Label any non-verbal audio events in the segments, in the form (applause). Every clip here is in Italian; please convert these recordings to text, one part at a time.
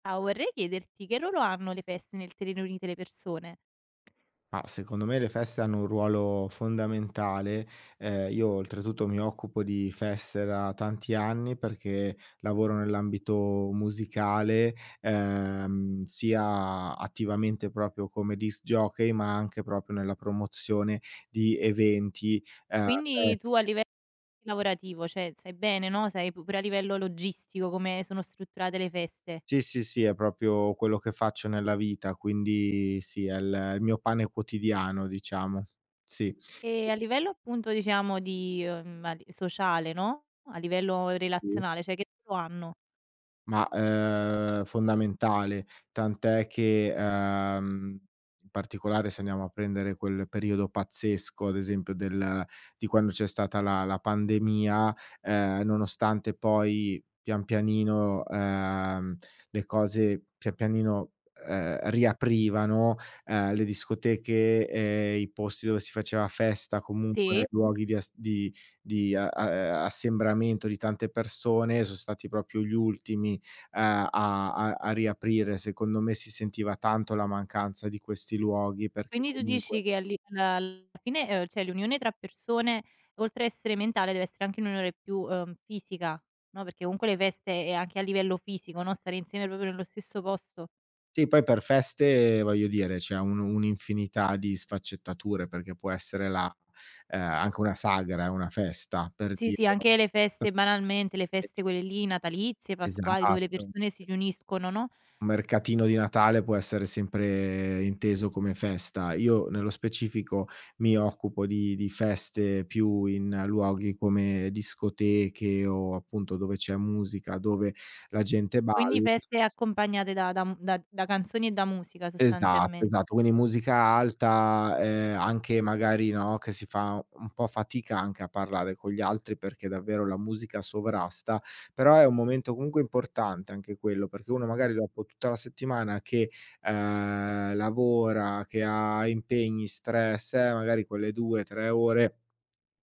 Ciao, vorrei chiederti che ruolo hanno le feste nel tenere unite le persone? Ma secondo me le feste hanno un ruolo fondamentale. Io oltretutto mi occupo di feste da tanti anni perché lavoro nell'ambito musicale, sia attivamente proprio come disc jockey, ma anche proprio nella promozione di eventi, Quindi feste. tu a livello lavorativo, cioè sai bene, no, sai pure a livello logistico come sono strutturate le feste Sì, sì, sì, è proprio quello che faccio nella vita, quindi sì, è il mio pane quotidiano, diciamo. Sì. e a livello appunto diciamo di, a li sociale, no, a livello relazionale, cioè che ruolo hanno? Ma, fondamentale, tant'è che, in particolare se andiamo a prendere quel periodo pazzesco, ad esempio del di quando c'è stata la pandemia, nonostante poi pian pianino, le cose pian pianino, riaprivano, le discoteche e i posti dove si faceva festa, comunque Sì. luoghi di as di a a assembramento di tante persone, son stati proprio gli ultimi eh, a a riaprire. Secondo me si sentiva tanto la mancanza di questi luoghi, perché Quindi tu comunque dici che alli alla alla fine, cioè l'unione tra persone oltre a essere mentale deve essere anche un'unione più, fisica, no, perché comunque le feste è anche a livello fisico, no, stare insieme proprio nello stesso posto. sì, poi per feste, voglio dire, c'è un'infinità di sfaccettature, perché può essere la anche una sagra è una festa, per Sì, dire. sì, anche le feste banalmente, le E feste quelle lì natalizie, pasquali, dove le esatto. persone si riuniscono, no, Un mercatino di Natale può essere sempre inteso come festa. Io nello specifico mi occupo di feste più in luoghi come discoteche o appunto dove c'è musica, dove la gente quindi balla. feste accompagnate da canzoni e da musica Esatto, sostanzialmente. esatto. Quindi musica alta, anche magari, no, che si fa un po' fatica anche a parlare con gli altri perché davvero la musica sovrasta, però è un momento comunque importante anche quello, perché uno magari dopo tutta la settimana che, lavora, che ha impegni, stress, magari quelle 2, 3 ore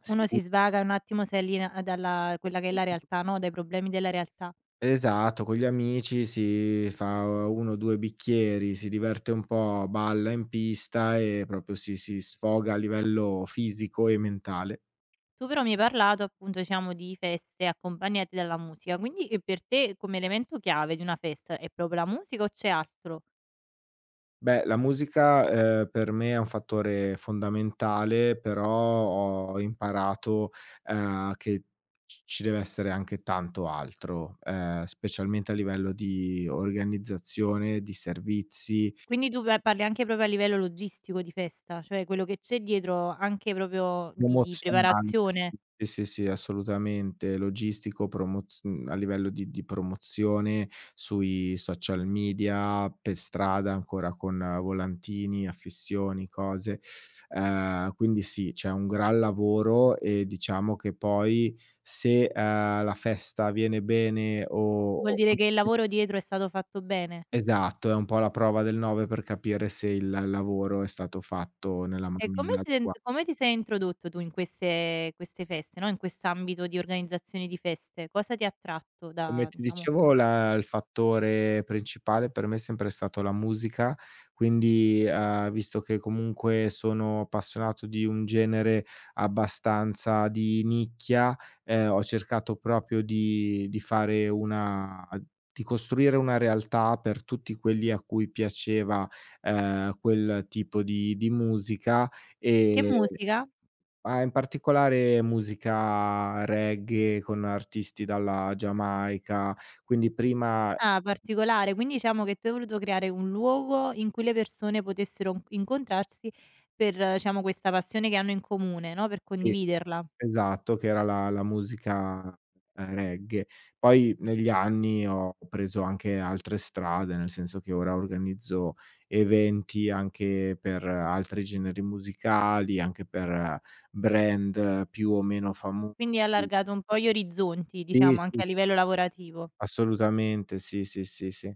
si Uno bu si svaga un attimo, si allinea dalla quella che è la realtà, no, dai problemi della realtà. esatto, con gli amici si fa 1, 2 bicchieri, si diverte un po', balla in pista e proprio si sfoga a livello fisico e mentale. Tu però mi hai parlato appunto, diciamo, di feste accompagnate dalla musica, quindi, per te come elemento chiave di una festa è proprio la musica o c'è altro? Beh, la musica, per me è un fattore fondamentale, però ho imparato, che c ci deve essere anche tanto altro, specialmente a livello di organizzazione, di servizi, Quindi tu pa parli anche proprio a livello logistico di festa, cioè quello che c'è dietro anche proprio di promozionale, preparazione. sì, sì, sì, assolutamente. Logistico, a livello di promozione sui social media, per strada ancora con volantini, affissioni, cose. Quindi sì, c'è un gran lavoro e diciamo che poi se, la festa viene bene o Vuol o dire che il (unintelligible) lavoro dietro è stato fatto bene. esatto, è un po' la prova del 9 per capire se il lavoro è stato fatto nella E come maniera si adegua. sent come ti sei introdotto tu in queste feste, no, in quest'ambito di organizzazione di feste? Cosa ti ha attratto Come da ti diciamo dicevo, la il fattore principale per me è sempre stato la musica, quindi, visto che comunque sono appassionato di un genere abbastanza di nicchia, ho cercato proprio di costruire una realtà per tutti quelli a cui piaceva, quel tipo di musica, ehm che musica? ma in particolare musica reggae con artisti dalla Giamaica, quindi prima Ah, particolare, quindi diciamo che tu hai voluto creare un luogo in cui le persone potessero n incontrarsi per, diciamo, questa passione che hanno in comune, no, per sì, condividerla. esatto, che era la musica, reggae. Poi negli anni ho preso anche altre strade, nel senso che ora organizzo eventi anche per altri generi musicali, anche per brand più o meno famosi. Quindi hai allargato un po' gli orizzonti, Sì, diciamo, sì, anche a sì, livello lavorativo. assolutamente, sì, sì, sì, sì.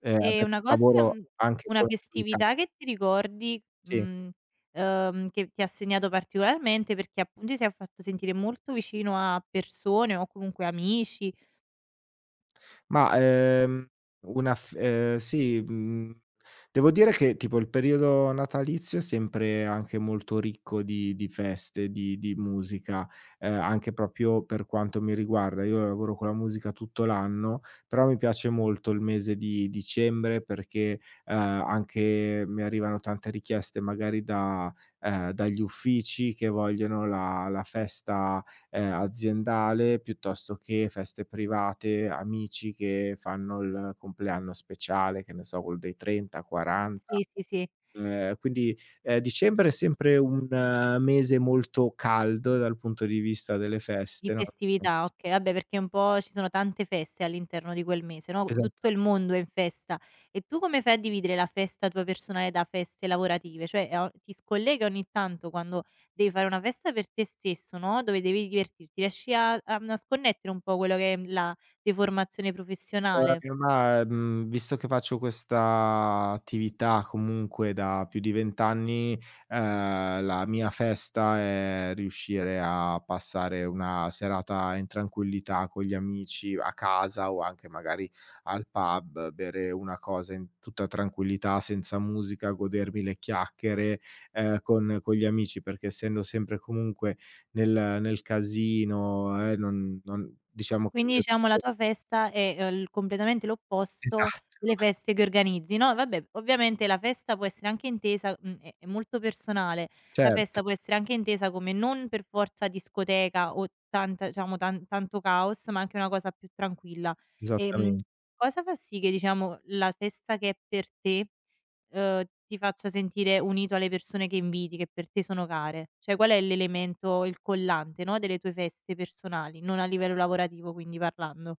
E Adesso una cosa lavoro anche una con i festività ragazzi, che ti ricordi, sì. Che ti ha segnato particolarmente perché appunto ti sei fatto sentire molto vicino a persone o comunque amici. Ma, una f sì, devo dire che tipo il periodo natalizio è sempre anche molto ricco di feste, di musica, anche proprio per quanto mi riguarda. Io lavoro con la musica tutto l'anno, però mi piace molto il mese di dicembre perché, anche mi arrivano tante richieste magari da dagli uffici che vogliono la festa aziendale, piuttosto che feste private, amici che fanno il compleanno speciale, che ne so, quello dei 30, 40. Sì, sì, sì. Quindi, dicembre è sempre un mese molto caldo dal punto di vista delle Di feste, no, festività, okay. Vabbè, perché un po' ci sono tante feste all'interno di quel mese, no, esattamente. tutto il mondo è in festa. E tu come fai a dividere la festa tua personale da feste lavorative? Cioè, ti scolleghi ogni tanto quando devi fare una festa per te stesso, no, dove devi divertirti, riesci a sconnettere un po' quello che è la deformazione professionale? Ma, visto che faccio questa attività comunque da più di 20 anni, la mia festa è riuscire a passare una serata in tranquillità con gli amici a casa o anche magari al pub, bere una cosa in tutta tranquillità, senza musica, godermi le chiacchiere, con gli amici, perché essendo sempre comunque nel casino, non diciamo che il Quindi mio diciamo la tempo tua festa è, il completamente (laughs) l'opposto esatto. delle feste che organizzi, no, vabbè, ovviamente la festa può essere anche intesa è molto personale. La Certo, festa può essere anche intesa come non per forza discoteca o tanta diciamo tanto caos, ma anche una cosa più tranquilla. Ehm, esattamen. cosa fa sì che diciamo la festa che è per te ti faccia sentire unito alle persone che inviti, che per te sono care. Cioè, qual è l'elemento, il collante, no, delle tue feste personali, non a livello lavorativo quindi parlando.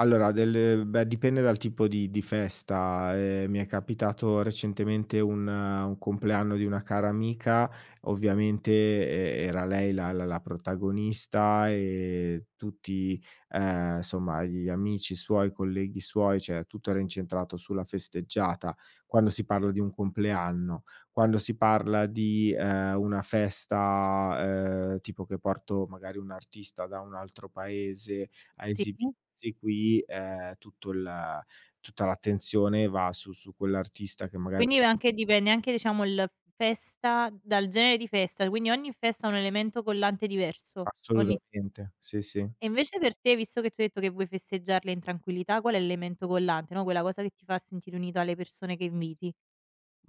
Allora, dipende dal tipo di festa. Mi è capitato recentemente un compleanno di una cara amica, ovviamente era lei la protagonista e tutti, insomma gli amici suoi, i colleghi suoi, cioè tutto era incentrato sulla festeggiata, quando si parla di un compleanno. Quando si parla di, una festa, tipo che porto magari un artista da un altro paese, a Sì. esibirsi qui, tutto il tutta l'attenzione va su quell'artista che magari Quindi anche dipende anche diciamo il festa dal genere di festa, quindi ogni festa ha un elemento collante diverso. ogni assolutamente, sì, sì. e invece per te, visto che tu hai detto che vuoi festeggiarle in tranquillità, qual è l'elemento collante, no, quella cosa che ti fa sentire unito alle persone che inviti?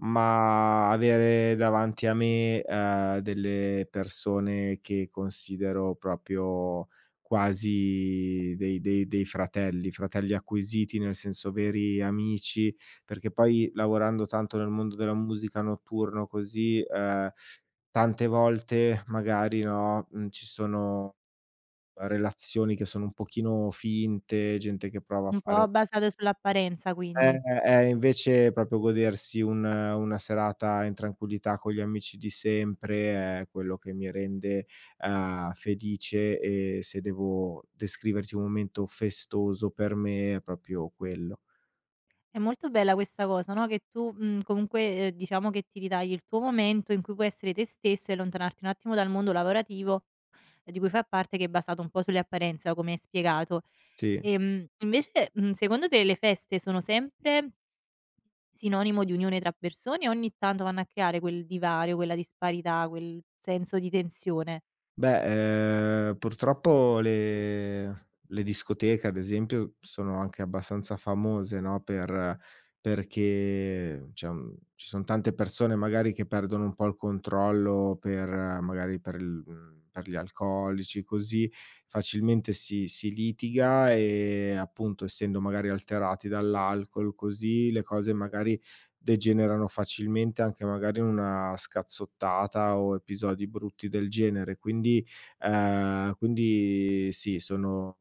Ma avere davanti a me, delle persone che considero proprio quasi dei fratelli, fratelli acquisiti, nel senso veri amici, perché poi lavorando tanto nel mondo della musica notturno così, tante volte magari, no, ci sono relazioni che sono un pochino finte, gente che prova a Un po' fare basato sull'apparenza quindi. eh, invece proprio godersi un una serata in tranquillità con gli amici di sempre è quello che mi rende, felice, e se devo descriverti un momento festoso per me è proprio quello. È molto bella questa cosa, no, che tu, comunque, diciamo che ti ritagli il tuo momento in cui puoi essere te stesso e allontanarti un attimo dal mondo lavorativo di cui fai parte, che è basato un po' sulle apparenze, no, come hai spiegato. Sì. Invece, secondo te le feste sono sempre sinonimo di unione tra persone o ogni tanto vanno a creare quel divario, quella disparità, quel senso di tensione? Beh, purtroppo le discoteche ad esempio sono anche abbastanza famose, no, per perché cioè, ci son tante persone magari che perdono un po' il controllo per magari per il per gli alcolici, così, facilmente si litiga, e appunto essendo magari alterati dall'alcol, così, le cose magari degenerano facilmente, anche magari in una scazzottata o episodi brutti del genere. Quindi quindi sì, sono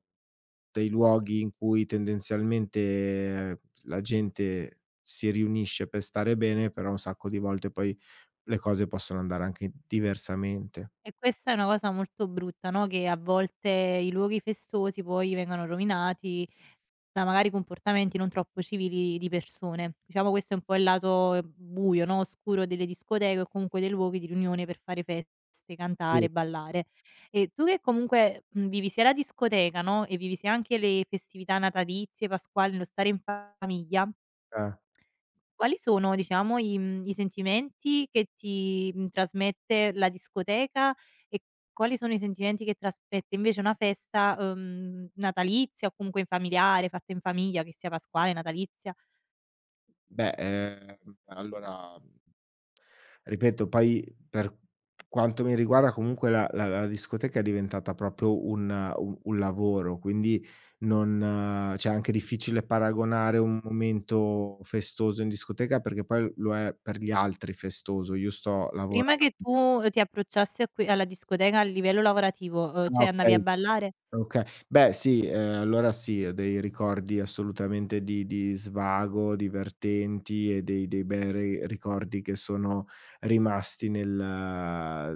dei luoghi in cui tendenzialmente la gente si riunisce per stare bene, però un sacco di volte poi le cose possono andare anche diversamente. E questa è una cosa molto brutta, no, che a volte i luoghi festosi poi vengono rovinati da magari comportamenti non troppo civili di persone. Diciamo questo è un po' il lato buio, no, oscuro delle discoteche o comunque dei luoghi di riunione per fare feste, Sì, cantare, ballare. E tu che comunque, vivi sia la discoteca, no, e vivi sia anche le festività natalizie, pasquali, lo stare in famiglia eh. quali sono, diciamo, i sentimenti che ti, trasmette la discoteca e quali sono i sentimenti che trasmette invece una festa, natalizia o comunque in familiare, fatta in famiglia, che sia pasquale, natalizia? Beh, allora ripeto, poi per quanto mi riguarda comunque la discoteca è diventata proprio un u un lavoro, quindi non cioè è anche difficile paragonare un momento festoso in discoteca, perché poi lo è per gli altri festoso, io sto lavoran Prima che tu ti approcciassi a que alla discoteca a livello lavorativo, ah, cioè andavi a okay. ballare, Okay. Beh sì, allora sì, ho dei ricordi assolutamente di svago, divertenti, e dei bei ri ricordi che sono rimasti nel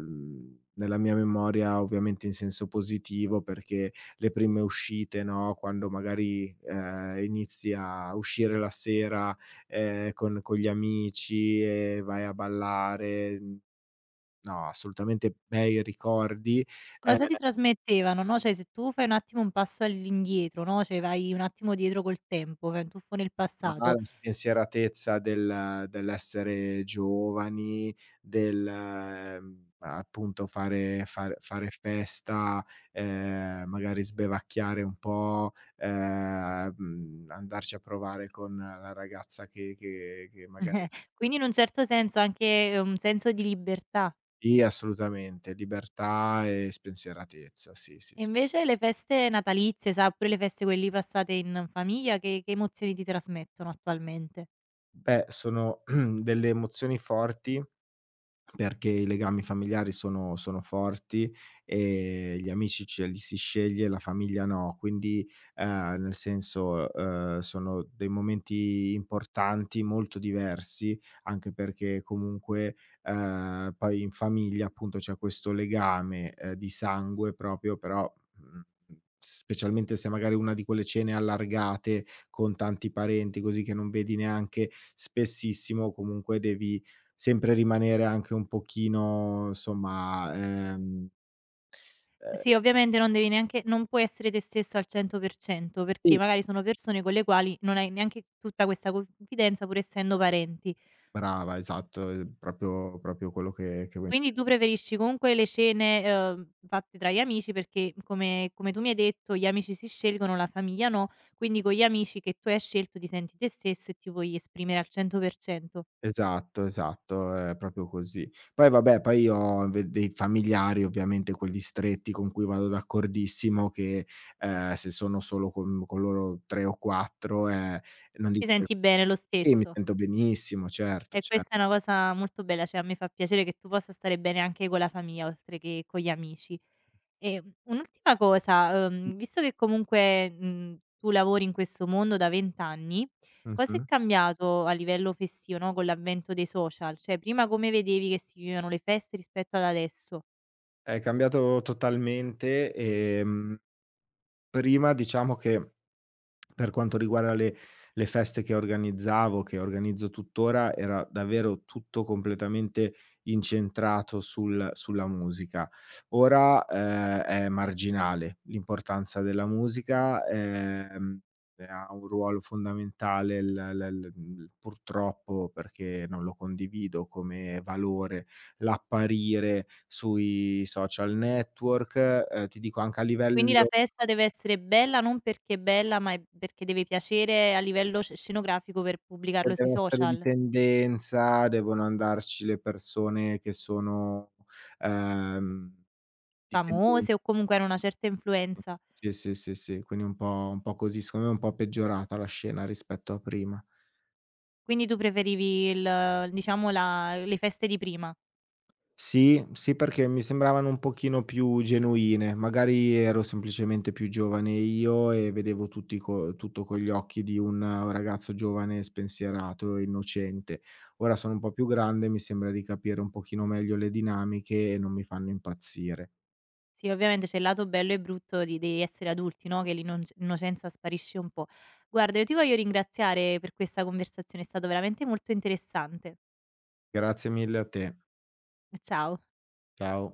nella mia memoria, ovviamente in senso positivo, perché le prime uscite, no, quando magari, inizi a uscire la sera, con gli amici e vai a ballare, no, assolutamente bei ricordi. Ehm cosa ti trasmettevano, no, cioè se tu fai un attimo un passo all'indietro, no, cioè vai un attimo dietro col tempo, fai un tuffo nel Ma passato, la spensieratezza del dell'essere giovani, del, appunto fare festa, magari sbevacchiare un po', andarci a provare con la ragazza che magari (laughs) quindi in un certo senso anche un senso di libertà. sì, assolutamente, libertà e spensieratezza, sì, sì, E sì. invece le feste natalizie, sai, oppure le feste quelli passate in famiglia, che emozioni ti trasmettono attualmente? Beh, sono (clears throat) delle emozioni forti, perché i legami familiari sono forti, gli amici ce li si sceglie, la famiglia no. Quindi, nel senso, sono dei momenti importanti, molto diversi, anche perché comunque, poi in famiglia appunto c'è questo legame, di sangue proprio, però, mhmm, specialmente se magari una di quelle cene allargate con tanti parenti, così, che non vedi neanche spessissimo, comunque devi sempre rimanere anche un pochino insomma, ehm Sì, ovviamente non devi neanche non puoi essere te stesso al 100% sì, perché magari sono persone con le quali non hai neanche tutta questa confidenza pur essendo parenti. brava, esatto, proprio quello che vuoi, Quindi tu preferisci comunque le cene, fatte tra gli amici perché come tu mi hai detto gli amici si scelgono, la famiglia no, quindi con gli amici che tu hai scelto ti senti te stesso e ti puoi esprimere al 100%. esatto, esatto, è proprio così. Poi vabbè, poi io ho inve dei familiari, ovviamente quelli stretti, con cui vado d'accordissimo, che, se sono solo con loro 3 o 4, non Ti dico che senti bene lo sì, mi stesso? sento benissimo, certo, E cer questa è una cosa molto bella, cioè a me fa piacere che tu possa stare bene anche con la famiglia oltre che con gli amici. E, un'ultima cosa, visto che comunque, tu lavori in questo mondo da 20 anni, cosa è mh-mh. cambiato a livello festivo, no, con l'avvento dei social? Cioè prima come vedevi che si vivevano le feste rispetto ad adesso? È cambiato totalmente, prima diciamo che per quanto riguarda le feste che organizzavo, che organizzo tuttora, era davvero tutto completamente incentrato sulla musica. Ora, è marginale l'importanza della musica, e ha un ruolo fondamentale l l l purtroppo, perché non lo condivido come valore, l'apparire sui social network, ti dico anche a Quindi la livello festa deve essere bella non perché è bella, ma è perché deve piacere a livello scenografico per poi pubblicarlo sui deve essere di social? tendenza, devono andarci le persone che sono, ehm, di tendenza. Famose o comunque hanno una certa influenza? Sì, sì, sì, sì, quindi un po' così, secondo me è un po' peggiorata la scena rispetto a prima. Quindi tu preferivi il diciamo la le feste di prima. Sì, sì, perché mi sembravano un pochino più genuine, magari ero semplicemente più giovane io e vedevo tutti co tutto con gli occhi di un ragazzo giovane, spensierato e innocente. Ora sono un po' più grande, mi sembra di capire un pochino meglio le dinamiche, e non mi fanno impazzire. Sì, ovviamente c'è il lato bello e brutto di essere adulti, no, che l'innoc innocenza sparisce un po'. Guarda, io ti voglio ringraziare per questa conversazione, è stato veramente molto interessante. Grazie mille a te. Ciao. Ciao.